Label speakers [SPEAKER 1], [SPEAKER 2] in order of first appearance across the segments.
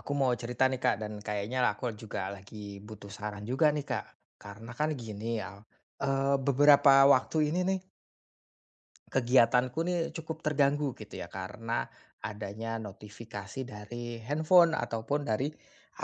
[SPEAKER 1] Aku mau cerita nih Kak, dan kayaknya aku juga lagi butuh saran juga nih Kak. Karena kan gini ya, beberapa waktu ini nih, kegiatanku nih cukup terganggu gitu ya karena adanya notifikasi dari handphone ataupun dari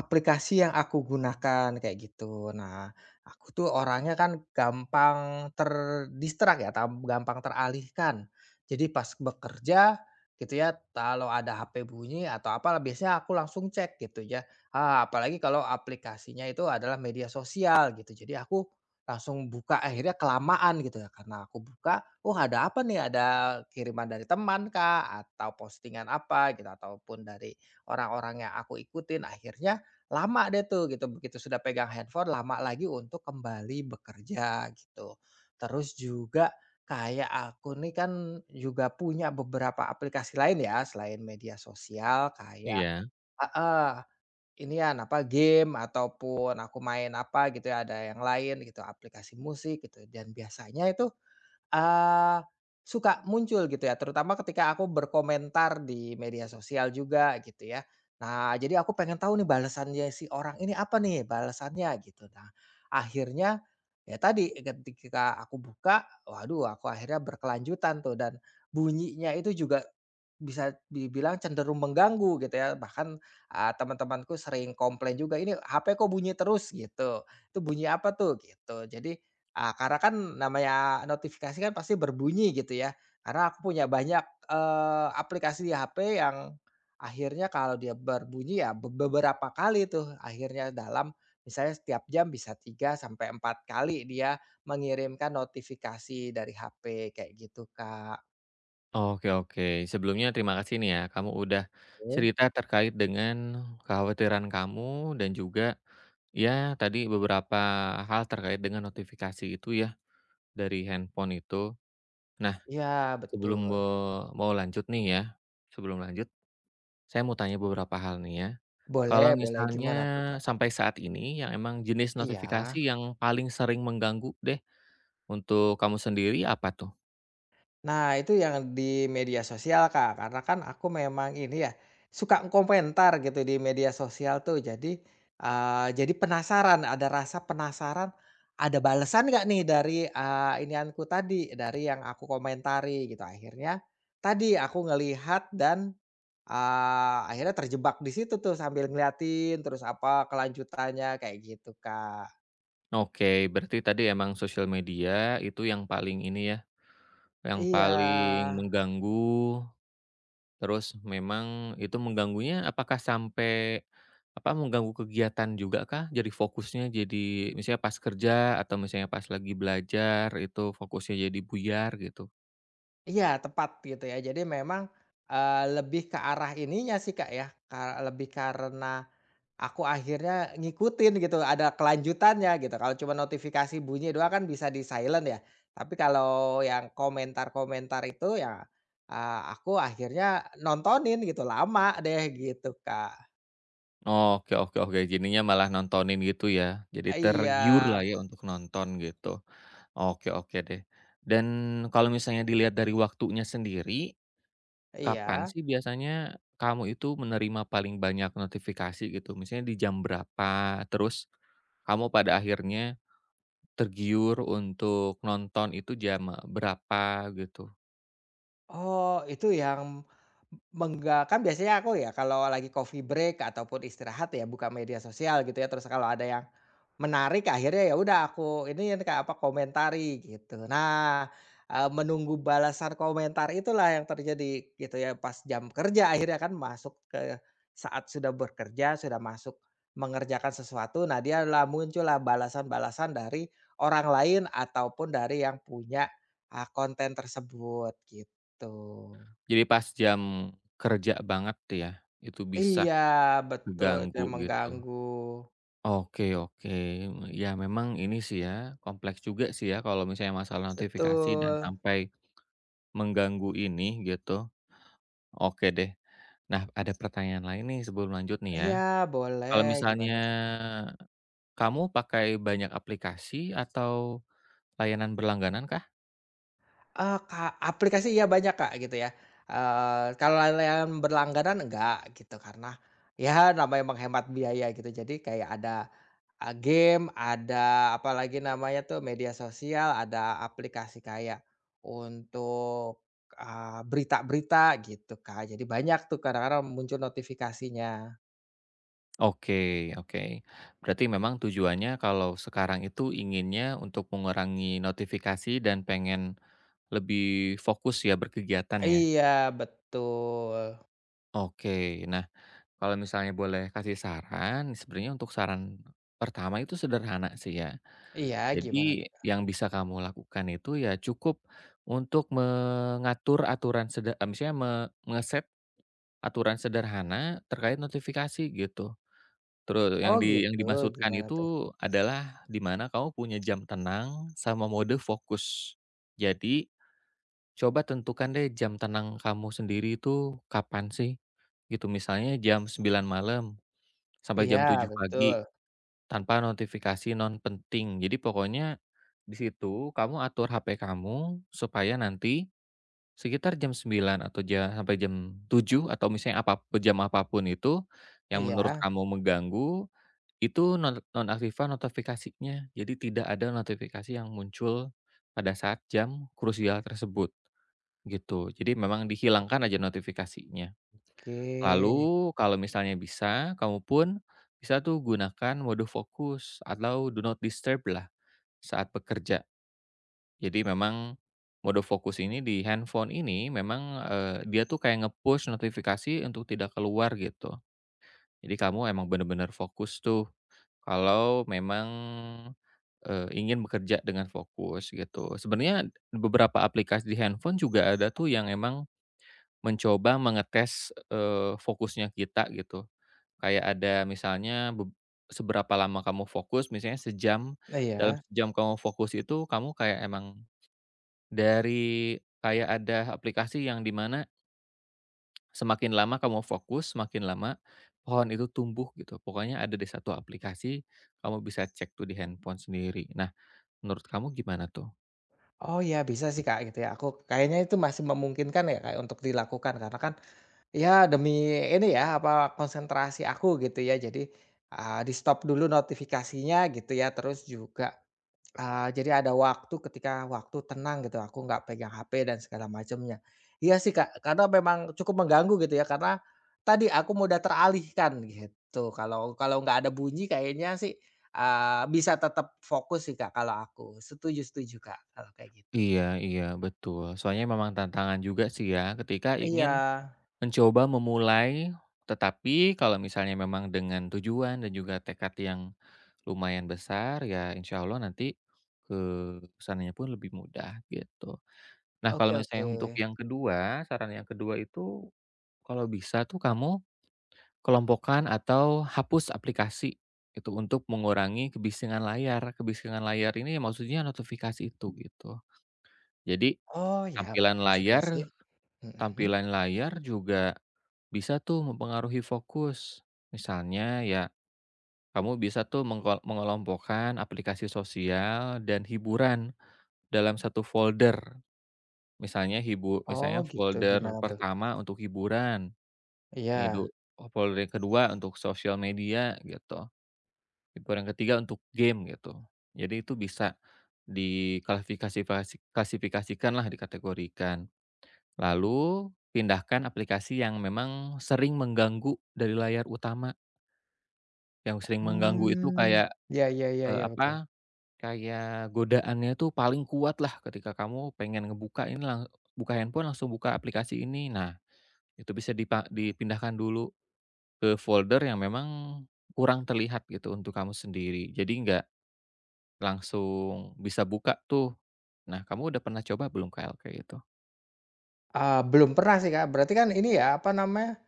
[SPEAKER 1] aplikasi yang aku gunakan kayak gitu. Nah, aku tuh orangnya kan gampang terdistrak ya, gampang teralihkan. Jadi pas bekerja gitu ya, kalau ada HP bunyi atau apa biasanya aku langsung cek gitu ya. Ah, apalagi kalau aplikasinya itu adalah media sosial gitu. Jadi aku langsung buka, akhirnya kelamaan gitu ya, karena aku buka, "Oh ada apa nih? Ada kiriman dari teman kah? Atau postingan apa?" Gitu, ataupun dari orang-orang yang aku ikutin. Akhirnya lama deh tuh gitu, begitu sudah pegang handphone lama lagi untuk kembali bekerja gitu. Terus juga kayak aku nih kan juga punya beberapa aplikasi lain ya selain media sosial kayak
[SPEAKER 2] Iya,
[SPEAKER 1] heeh. Inian, apa, game ataupun aku main apa gitu ya, ada yang lain gitu, aplikasi musik gitu dan biasanya itu, eee, suka muncul gitu ya, terutama ketika aku berkomentar di media sosial juga gitu ya. Nah, jadi aku pengen tahu nih balasannya si orang ini apa nih balasannya gitu. Nah, akhirnya ya tadi ketika aku buka, waduh aku akhirnya berkelanjutan tuh dan bunyinya itu juga bisa dibilang cenderung mengganggu gitu ya, bahkan, teman-temanku sering komplain juga, "Ini HP kok bunyi terus?" gitu, "Itu bunyi apa tuh?" gitu. Jadi, karena kan namanya notifikasi kan pasti berbunyi gitu ya, karena aku punya banyak, aplikasi di HP yang akhirnya kalau dia berbunyi ya beberapa kali tuh akhirnya dalam misalnya setiap jam bisa 3 sampai 4 kali dia mengirimkan notifikasi dari HP kayak gitu, Kak.
[SPEAKER 2] oke oke. Sebelumnya terima kasih nih ya, kamu udah
[SPEAKER 1] Oh.
[SPEAKER 2] cerita terkait dengan kekhawatiran kamu dan juga, ya, tadi beberapa hal terkait dengan notifikasi itu ya dari handphone itu. Nah,
[SPEAKER 1] Iya,
[SPEAKER 2] sebelum
[SPEAKER 1] betul.
[SPEAKER 2] mau lanjut nih ya, sebelum lanjut, saya mau tanya beberapa hal nih ya.
[SPEAKER 1] Boleh
[SPEAKER 2] Kalau
[SPEAKER 1] boleh,
[SPEAKER 2] misalnya
[SPEAKER 1] gimana tuh, Kak?
[SPEAKER 2] sampai saat ini yang emang jenis
[SPEAKER 1] Iya.
[SPEAKER 2] notifikasi yang paling sering mengganggu deh untuk kamu sendiri apa tuh?
[SPEAKER 1] Nah, itu yang di media sosial, Kak, karena kan aku memang ini ya, suka komentar gitu di media sosial tuh. Jadi, jadi penasaran, ada rasa penasaran, ada balasan nggak nih dari, inianku tadi, dari yang aku komentari gitu. Akhirnya tadi aku ngelihat dan, akhirnya terjebak di situ tuh sambil ngeliatin terus apa kelanjutannya, kayak gitu, Kak.
[SPEAKER 2] Oke, berarti tadi emang sosial media itu yang paling ini ya. Yang
[SPEAKER 1] Iya.
[SPEAKER 2] paling mengganggu, terus memang itu mengganggunya apakah sampai, apa, mengganggu kegiatan juga kah? Jadi fokusnya jadi misalnya pas kerja atau misalnya pas lagi belajar itu fokusnya jadi buyar gitu?
[SPEAKER 1] Iya, tepat gitu ya. Jadi memang, lebih ke arah ininya sih, Kak, ya, lebih karena aku akhirnya ngikutin gitu, ada kelanjutannya gitu. Kalau cuma notifikasi bunyi doang kan bisa di-silent ya. Tapi kalau yang komentar-komentar itu ya, aku akhirnya nontonin gitu, lama deh gitu, Kak.
[SPEAKER 2] Oke oke oke, jadinya malah nontonin gitu ya? Jadi
[SPEAKER 1] Iya,
[SPEAKER 2] tergiur lah ya untuk nonton gitu. Oke oke deh. Dan kalau misalnya dilihat dari waktunya sendiri, kapan
[SPEAKER 1] iya.
[SPEAKER 2] sih biasanya kamu itu menerima paling banyak notifikasi gitu? Misalnya di jam berapa? Terus kamu pada akhirnya tergiur untuk nonton itu jam berapa gitu?
[SPEAKER 1] Oh, itu yang kan biasanya aku ya kalau lagi coffee break ataupun istirahat ya buka media sosial gitu ya, terus kalau ada yang menarik akhirnya ya udah aku ini kayak apa, komentari gitu. Nah, menunggu balasan komentar itulah yang terjadi gitu ya pas jam kerja akhirnya kan masuk ke saat sudah bekerja, sudah masuk mengerjakan sesuatu, nah dia lah muncullah balasan-balasan dari orang lain ataupun dari yang punya, konten tersebut, gitu. Betul.
[SPEAKER 2] Jadi pas jam kerja banget tuh ya, itu bisa
[SPEAKER 1] Iya, betul, itu
[SPEAKER 2] keganggu
[SPEAKER 1] yang
[SPEAKER 2] gitu.
[SPEAKER 1] mengganggu.
[SPEAKER 2] Oke oke, ya memang ini sih ya, kompleks juga sih ya kalau misalnya masalah notifikasi dan
[SPEAKER 1] Betul.
[SPEAKER 2] sampai mengganggu ini gitu. Oke deh. Nah, ada pertanyaan lain nih sebelum lanjut nih ya.
[SPEAKER 1] Iya, boleh,
[SPEAKER 2] Kalau misalnya
[SPEAKER 1] gimana tuh, Eh, Kak?
[SPEAKER 2] kamu pakai banyak aplikasi atau layanan berlangganan kah?
[SPEAKER 1] Eee, ka Aplikasi iya banyak, Kak, gitu ya. Eee, kalau yang berlangganan enggak gitu, karena ya namanya menghemat biaya gitu. Jadi kayak ada, game, ada apalagi namanya tuh media sosial, ada aplikasi kayak untuk, berita-berita gitu, Kak. Jadi banyak tuh kadang-kadang muncul notifikasinya.
[SPEAKER 2] Oke oke. Berarti memang tujuannya kalau sekarang itu inginnya untuk mengurangi notifikasi dan pengen lebih fokus ya berkegiatan ya?
[SPEAKER 1] Iya, betul.
[SPEAKER 2] Oke. Nah, kalau misalnya boleh kasih saran, sebenarnya untuk saran pertama itu sederhana sih ya.
[SPEAKER 1] Iya,
[SPEAKER 2] Jadi
[SPEAKER 1] gimana tuh, Kak?
[SPEAKER 2] yang bisa kamu lakukan itu ya cukup untuk mengatur aturan misalnya me nge aturan sederhana terkait notifikasi gitu. Terus
[SPEAKER 1] Oh,
[SPEAKER 2] yang
[SPEAKER 1] gitu,
[SPEAKER 2] dimaksudkan
[SPEAKER 1] gimana tuh?
[SPEAKER 2] itu adalah di mana kamu punya jam tenang sama mode fokus. Jadi, coba tentukan deh jam tenang kamu sendiri itu kapan sih, gitu. Misalnya jam 9 malam sampai jam
[SPEAKER 1] Iya,
[SPEAKER 2] tujuh pagi
[SPEAKER 1] betul.
[SPEAKER 2] tanpa notifikasi non penting. Jadi pokoknya di situ kamu atur HP kamu supaya nanti sekitar jam 9 atau sampai jam 7 atau misalnya apa jam apapun itu, yang menurut
[SPEAKER 1] Iya,
[SPEAKER 2] kamu mengganggu, itu nonaktifkan notifikasinya. Jadi tidak ada notifikasi yang muncul pada saat jam krusial tersebut, gitu. Jadi memang dihilangkan aja notifikasinya.
[SPEAKER 1] oke.
[SPEAKER 2] Lalu kalau misalnya bisa, kamu pun bisa tuh gunakan mode fokus atau do not disturb lah saat bekerja. Jadi memang mode fokus ini di handphone ini memang, dia tuh kayak nge-push notifikasi untuk tidak keluar gitu. Jadi kamu emang bener-bener fokus tuh kalau memang, ingin bekerja dengan fokus gitu. Sebenarnya beberapa aplikasi di handphone juga ada tuh yang emang mencoba mengetes, fokusnya kita gitu. Kayak ada misalnya seberapa lama kamu fokus, misalnya sejam, dalam
[SPEAKER 1] Iya.
[SPEAKER 2] sejam kamu fokus itu kamu kayak emang dari kayak ada aplikasi yang dimana semakin lama kamu fokus, semakin lama pohon itu tumbuh gitu. Pokoknya ada di satu aplikasi, kamu bisa cek tuh di handphone sendiri. Nah, menurut kamu gimana tuh?
[SPEAKER 1] Oh, iya, bisa sih, Kak, gitu ya. Aku kayaknya itu masih memungkinkan ya, Kak, untuk dilakukan karena kan ya demi ini ya, apa, konsentrasi aku gitu ya. Jadi, di-stop dulu notifikasinya gitu ya, terus juga Eee, jadi ada waktu ketika waktu tenang gitu, aku nggak pegang HP dan segala macamnya. Iya sih, Kak, karena memang cukup mengganggu gitu ya, karena tadi aku mudah teralihkan gitu. Kalau kalau nggak ada bunyi kayaknya sih, bisa tetap fokus sih, Kak, kalau aku. Setuju setuju, Kak, kalau kayak gitu.
[SPEAKER 2] Iya iya, betul. Soalnya memang tantangan juga sih ya, ketika
[SPEAKER 1] Iya,
[SPEAKER 2] ingin mencoba memulai, tetapi kalau misalnya memang dengan tujuan dan juga tekad yang lumayan besar, ya insya Allah nanti ke sananya pun lebih mudah, gitu. Nah, kalau
[SPEAKER 1] oke oke.
[SPEAKER 2] misalnya untuk yang kedua, saran yang kedua itu, kalau bisa tuh kamu kelompokkan atau hapus aplikasi, itu untuk mengurangi kebisingan layar. Kebisingan layar ini maksudnya notifikasi itu, gitu. Jadi,
[SPEAKER 1] Oh ya,
[SPEAKER 2] tampilan
[SPEAKER 1] betul juga sih.
[SPEAKER 2] layar
[SPEAKER 1] Mhm.
[SPEAKER 2] tampilan layar juga bisa tuh mempengaruhi fokus. Misalnya ya, kamu bisa tuh mengelompokkan aplikasi sosial dan hiburan dalam satu folder. Misalnya
[SPEAKER 1] Oh
[SPEAKER 2] misalnya
[SPEAKER 1] gitu,
[SPEAKER 2] folder
[SPEAKER 1] gimana tuh?
[SPEAKER 2] pertama untuk hiburan,
[SPEAKER 1] Iya.
[SPEAKER 2] midu oh folder yang kedua untuk sosial media gitu, folder yang ketiga untuk game gitu. Jadi itu bisa klasifikasikanlah, dikategorikan. Lalu pindahkan aplikasi yang memang sering mengganggu dari layar utama, yang sering mengganggu itu
[SPEAKER 1] Hmm.
[SPEAKER 2] kayak,
[SPEAKER 1] Ya ya ya ya, betul.
[SPEAKER 2] apa, kayak godaannya itu paling kuatlah ketika kamu pengen ngebuka ini lang buka handphone langsung buka aplikasi ini. Nah, itu bisa dipindahkan dulu ke folder yang memang kurang terlihat gitu untuk kamu sendiri. Jadi nggak langsung bisa buka tuh. Nah, kamu udah pernah coba belum KL kayak itu?
[SPEAKER 1] Eee, belum pernah sih, Kak, berarti kan ini ya, apa namanya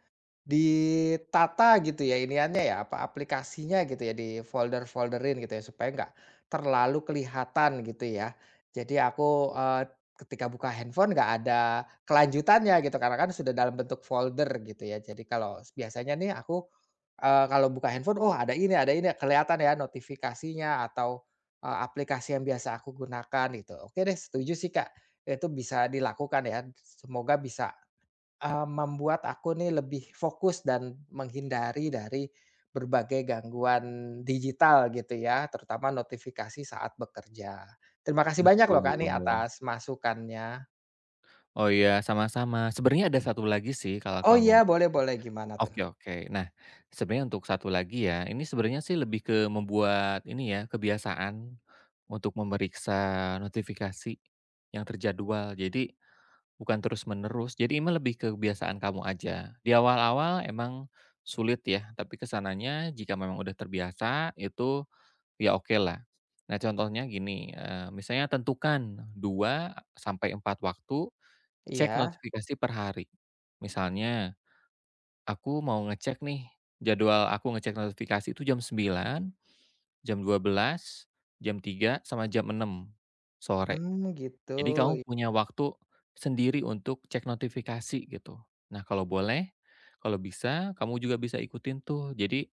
[SPEAKER 1] ditata gitu ya iniannya ya, apa, aplikasinya gitu ya, di folder folderin gitu ya, supaya nggak terlalu kelihatan gitu ya. Jadi aku, ketika buka handphone nggak ada kelanjutannya gitu, karena kan sudah dalam bentuk folder gitu ya. Jadi kalau biasanya nih aku, kalau buka handphone, "Oh ada ini," kelihatan ya notifikasinya atau, aplikasi yang biasa aku gunakan gitu. Oke deh setuju sih Kak, itu bisa dilakukan ya, semoga bisa Eee, membuat aku nih lebih fokus dan menghindari dari berbagai gangguan digital gitu ya, terutama notifikasi saat bekerja. Terima kasih banyak loh
[SPEAKER 2] Betul.
[SPEAKER 1] Kak nih atas masukannya.
[SPEAKER 2] Oh iya, sama-sama. Sebenarnya ada satu lagi sih kalau
[SPEAKER 1] Oh
[SPEAKER 2] kamu
[SPEAKER 1] iya,
[SPEAKER 2] mau.
[SPEAKER 1] boleh boleh, gimana tuh?
[SPEAKER 2] Oke oke. Nah, sebenarnya untuk satu lagi ya, ini sebenarnya sih lebih ke membuat ini ya, kebiasaan untuk memeriksa notifikasi yang terjadwal. Jadi bukan terus-menerus, jadi ini lebih ke kebiasaan kamu aja. Di awal-awal emang sulit ya, tapi kesananya jika memang udah terbiasa itu ya oke lah. Nah contohnya gini, misalnya tentukan 2 sampai 4 waktu cek
[SPEAKER 1] Iya?
[SPEAKER 2] notifikasi per hari. Misalnya aku mau ngecek nih, jadwal aku ngecek notifikasi itu jam 9, jam 12, jam 3 sama jam 6 sore.
[SPEAKER 1] Mmm, gitu.
[SPEAKER 2] Jadi kamu punya waktu sendiri untuk cek notifikasi gitu. Nah kalau boleh, kalau bisa kamu juga bisa ikutin tuh. Jadi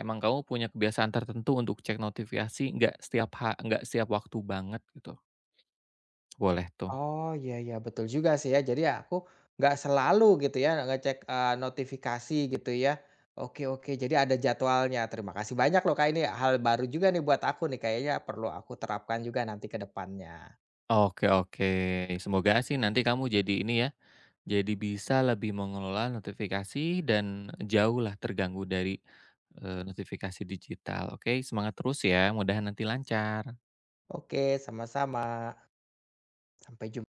[SPEAKER 2] emang kamu punya kebiasaan tertentu untuk cek notifikasi nggak setiap nggak setiap waktu banget gitu. Boleh tuh.
[SPEAKER 1] Oh, iya iya, betul juga sih ya. Jadi ya, aku nggak selalu gitu ya ngecek, notifikasi gitu ya. Oke oke, jadi ada jadwalnya. Terima kasih banyak loh Kak, ini hal baru juga nih buat aku nih, kayaknya perlu aku terapkan juga nanti ke depannya.
[SPEAKER 2] Oke oke. Semoga sih nanti kamu jadi ini ya, jadi bisa lebih mengelola notifikasi dan jauhlah terganggu dari, notifikasi digital. Oke semangat terus ya, mudahan nanti lancar.
[SPEAKER 1] Oke, sama-sama. Sampai jumpa.